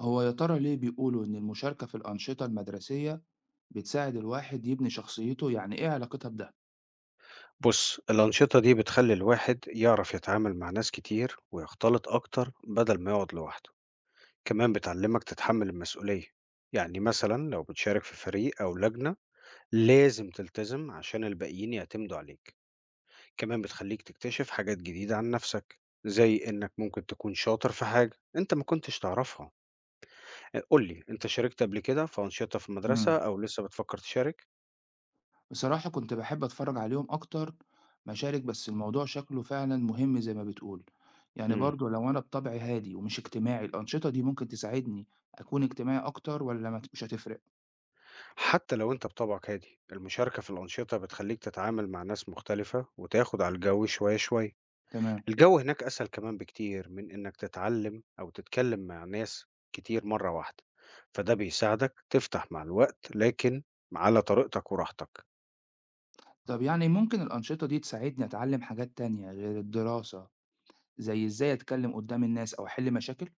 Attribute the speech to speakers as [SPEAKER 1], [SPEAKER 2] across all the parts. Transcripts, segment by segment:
[SPEAKER 1] هو يا ترى ليه بيقولوا إن المشاركة في الأنشطة المدرسية بتساعد الواحد يبني شخصيته؟ يعني إيه علاقتها بده؟
[SPEAKER 2] بُص، الأنشطة دي بتخلّي الواحد يعرف يتعامل مع ناس كتير ويختلط أكتر بدل ما يقعد لوحده، كمان بتعلّمك تتحمّل المسؤولية، يعني مثلًا لو بتشارك في فريق أو لجنة لازم تلتزم عشان الباقيين يعتمدوا عليك، كمان بتخلّيك تكتشف حاجات جديدة عن نَفْسك، زي إنّك ممكن تكون شاطر في حاجة أنت ما كنتش تعرفها. قُل لي أنت شاركت قبل كده في أنشطة في المدرسة
[SPEAKER 1] مم.
[SPEAKER 2] أو لسه بتفكّر تشارك؟
[SPEAKER 1] بصراحة كنت بحب أتفرج عليهم أكتر ما أشارك، بس الموضوع شكله فعلا مهم زي ما بتقول. يعني
[SPEAKER 2] إمم.
[SPEAKER 1] برضو لو أنا بطبعي هادي ومش اجتماعي، الأنشطة دي ممكن تساعدني أكون اجتماعي أكتر، ولا مش هتفرق؟
[SPEAKER 2] حتى لو أنت بطبعك هادي، المشاركة في الأنشطة بتخليك تتعامل مع ناس مختلفة وتاخد على الجو شوية شوية.
[SPEAKER 1] تمام.
[SPEAKER 2] الجو هناك أسهل كمان بكتير من إنك تتعلم أو تتكلم مع ناس كتير مرة واحدة، فده بيساعدك تفتح مع الوقت لكن على طريقتك وراحتك.
[SPEAKER 1] طب يعني ممكن الأنشطة دي تساعدني أتعلم حاجات تانية غير الدراسة، زي إزاي أتكلم قدام الناس أو أحل مشاكل؟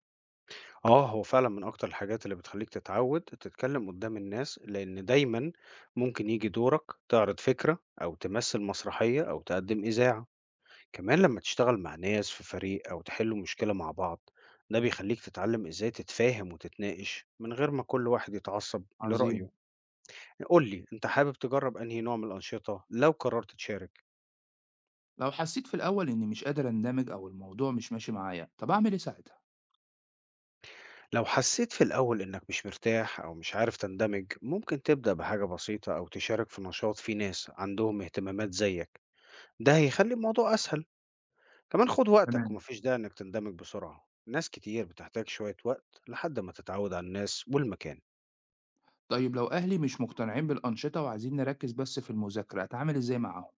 [SPEAKER 2] آه، هو فعلا من أكتر الحاجات اللي بتخليك تتعود تتكلم قدام الناس، لأن دايما ممكن يجي دورك تعرض فكرة أو تمثل مسرحية أو تقدم إذاعة. كمان لما تشتغل مع ناس في فريق أو تحلوا مشكلة مع بعض، ده بيخليك تتعلم إزاي تتفاهم وتتناقش من غير ما كل واحد يتعصب لرأيه.
[SPEAKER 1] عظيم.
[SPEAKER 2] قول لي أنت حابب تجرب أنهي نوع من الأنشطة لو قررت تشارك؟
[SPEAKER 1] لو حسيت في الأول إني مش قادر أندمج أو الموضوع مش ماشي معايا، طب أعمل إيه ساعتها؟
[SPEAKER 2] لو حسيت في الأول إنك مش مرتاح أو مش عارف تندمج، ممكن تبدأ بحاجة بسيطة أو تشارك في نشاط فيه ناس عندهم اهتمامات زيك، ده هيخلي الموضوع أسهل. كمان خد وقتك،
[SPEAKER 1] تمام.
[SPEAKER 2] ومفيش داعي إنك تندمج بسرعة، ناس كتير بتحتاج شوية وقت لحد ما تتعود على الناس والمكان.
[SPEAKER 1] طيب لو أهلي مش مقتنعين بالأنشطة وعايزين نركز بس في المذاكرة، أتعامل إزاي معاهم؟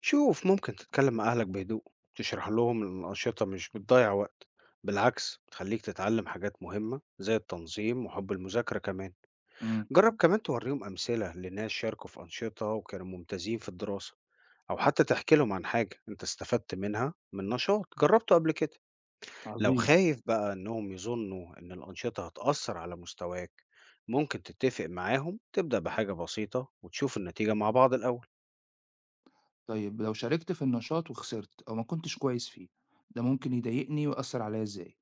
[SPEAKER 2] شوف، ممكن تتكلم مع أهلك بهدوء، تشرح لهم إن الأنشطة مش بتضيع وقت، بالعكس بتخليك تتعلم حاجات مهمة زي التنظيم وحب المذاكرة كمان.
[SPEAKER 1] امم
[SPEAKER 2] جرب كمان توريهم أمثلة لناس شاركوا في أنشطة وكانوا ممتازين في الدراسة، أو حتى تحكي لهم عن حاجة أنت استفدت منها من نشاط جربته قبل كده. لو
[SPEAKER 1] عظيم.
[SPEAKER 2] خايف بقى إنهم يظنوا إن الأنشطة هتأثر على مستواك، ممكن تتفق معاهم تبدأ بحاجة بسيطة وتشوف النتيجة مع بعض الأول.
[SPEAKER 1] طيب لو شاركت في النشاط وخسرت أو ما كنتش كويس فيه، ده ممكن يضايقني ويأثر عليا إزاي؟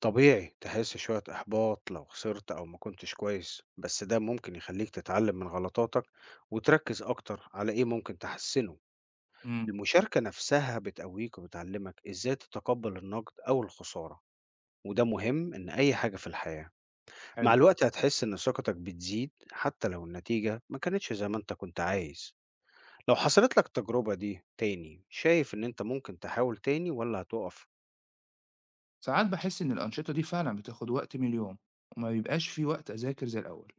[SPEAKER 2] طبيعي تحس شوية إحباط لو خسرت أو ما كنتش كويس، بس ده ممكن يخليك تتعلم من غلطاتك وتركز أكتر على إيه ممكن تحسنه.
[SPEAKER 1] امم
[SPEAKER 2] المشاركة نفسها بتقويك وبتعلمك إزاي تتقبل النقد أو الخسارة، وده مهم إن أي حاجة في الحياة. مع
[SPEAKER 1] حلو.
[SPEAKER 2] الوقت هتحس إن ثقتك بتزيد حتى لو النتيجة ما كانتش زي ما أنت كنت عايز. لو حصلت لك التجربة دي تاني، شايف إن أنت ممكن تحاول تاني ولا هتقف؟
[SPEAKER 1] ساعات بحس إن الأنشطة دي فعلا بتاخد وقت من اليوم وما بيبقاش في وقت أذاكر زي الأول.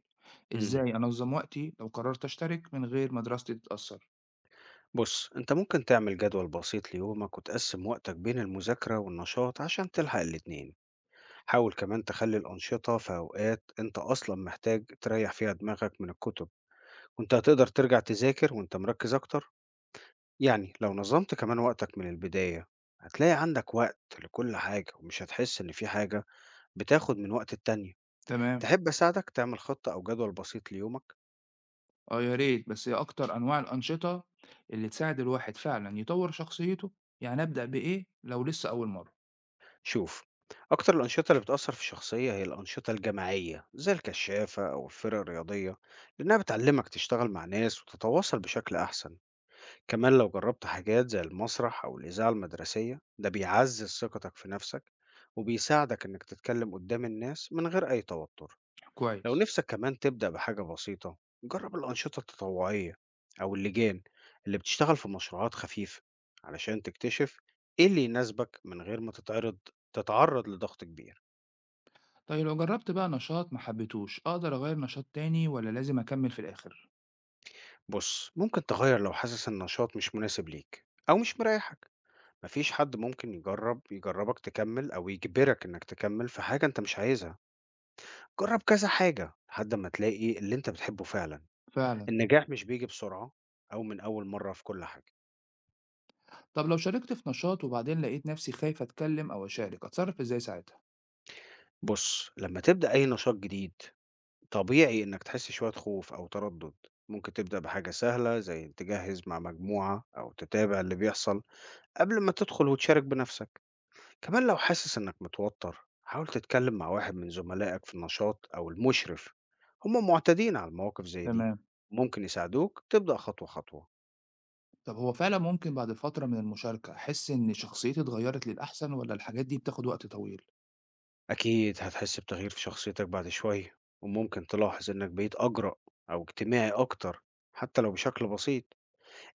[SPEAKER 2] مم.
[SPEAKER 1] إزاي أنظم وقتي لو قررت أشترك من غير ما دراستي تتأثر؟
[SPEAKER 2] بص، انت ممكن تعمل جدول بسيط ليومك وتقسم وقتك بين المذاكرة والنشاط عشان تلحق الاتنين. حاول كمان تخلي الأنشطة في أوقات انت أصلا محتاج تريح فيها دماغك من الكتب، وانت هتقدر ترجع تذاكر وانت مركز أكتر. يعني لو نظمت كمان وقتك من البداية، هتلاقي عندك وقت لكل حاجة ومش هتحس إن في حاجة بتاخد من وقت التانية.
[SPEAKER 1] تمام.
[SPEAKER 2] تحب أساعدك تعمل خطة أو جدول بسيط ليومك؟
[SPEAKER 1] آه يا ريت، بس هي أكتر أنواع الأنشطة اللي تساعد الواحد فعلًا يطوّر شخصيته، يعني أبدأ بإيه لو لسه أول مرّة؟
[SPEAKER 2] شوف، أكتر الأنشطة اللي بتأثر في الشخصية هي الأنشطة الجماعية زي الكشافة أو الفرق الرياضية، لأنها بتعلمك تشتغل مع ناس وتتواصل بشكل أحسن. كمان لو جربت حاجات زي المسرح أو الإذاعة المدرسية، ده بيعزز ثقتك في نفسك وبيساعدك إنك تتكلم قدام الناس من غير أي توتر. لو
[SPEAKER 1] كويس.
[SPEAKER 2] نفسك كمان تبدأ بحاجة بسيطة، جرب الأنشطة التطوعية أو اللجان اللي بتشتغل في مشروعات خفيفة، علشان تكتشف إيه اللي يناسبك من غير ما تتعرض لضغط كبير.
[SPEAKER 1] طيب لو جرّبت بقى نشاط ما حبيتهوش، أقدر أغيّر نشاط تاني والّا لازم أكمّل في الآخر؟
[SPEAKER 2] بص، ممكن تغير لو حاسس إن النشاط مش مناسب ليك أو مش مريحك، مفيش حد ممكن يجربك تكمل أو يجبرك إنك تكمل في حاجة أنت مش عايزها. جرب كذا حاجة لحد ما تلاقي اللي أنت بتحبه فعلا.
[SPEAKER 1] فعلًا.
[SPEAKER 2] النجاح مش بيجي بسرعة أو من أول مرة في كل حاجة.
[SPEAKER 1] طب لو شاركت في نشاط وبعدين لقيت نفسي خايف أتكلّم أو أشارك، أتصرّف إزاي ساعتها؟
[SPEAKER 2] بُص، لمّا تبدأ أي نشاط جديد، طبيعي إنك تحس شوية خوف أو تردد. ممكن تبدأ بحاجة سهلة زي إن تجهز مع مجموعة أو تتابع اللي بيحصل قبل ما تدخل وتشارك بنفسك. كمان لو حاسس إنك متوتر، حاول تتكلم مع واحد من زملائك في النشاط أو المشرف، هم معتادين على المواقف زي دي،
[SPEAKER 1] تمام.
[SPEAKER 2] ممكن يساعدوك تبدأ خطوة خطوة.
[SPEAKER 1] طب هو فعلًا ممكن بعد فترة من المشاركة أحس إن شخصيتي اتغيّرت للأحسن، والّا الحاجات دي بتاخد وقت طويل؟
[SPEAKER 2] أكيد هتحس بتغيير في شخصيتك بعد شوية، وممكن تلاحظ إنك بقيت أجرأ أو اجتماعي أكتر حتى لو بشكل بسيط.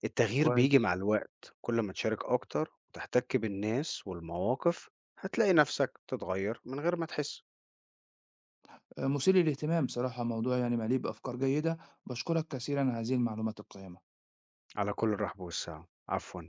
[SPEAKER 2] التغيير بيجي
[SPEAKER 1] كويس.
[SPEAKER 2] مع الوقت كل ما تشارك أكتر وتحتك بالناس والمواقف. هتلاقي نفسك تتغير من غير ما تحس.
[SPEAKER 1] مثير للاهتمام بصراحة، موضوع يعني مليء بأفكار جيدة. باشكرك كثيرًا على هذه المعلومات القيّمة.
[SPEAKER 2] على كل، الرحب والسعة، عفوا.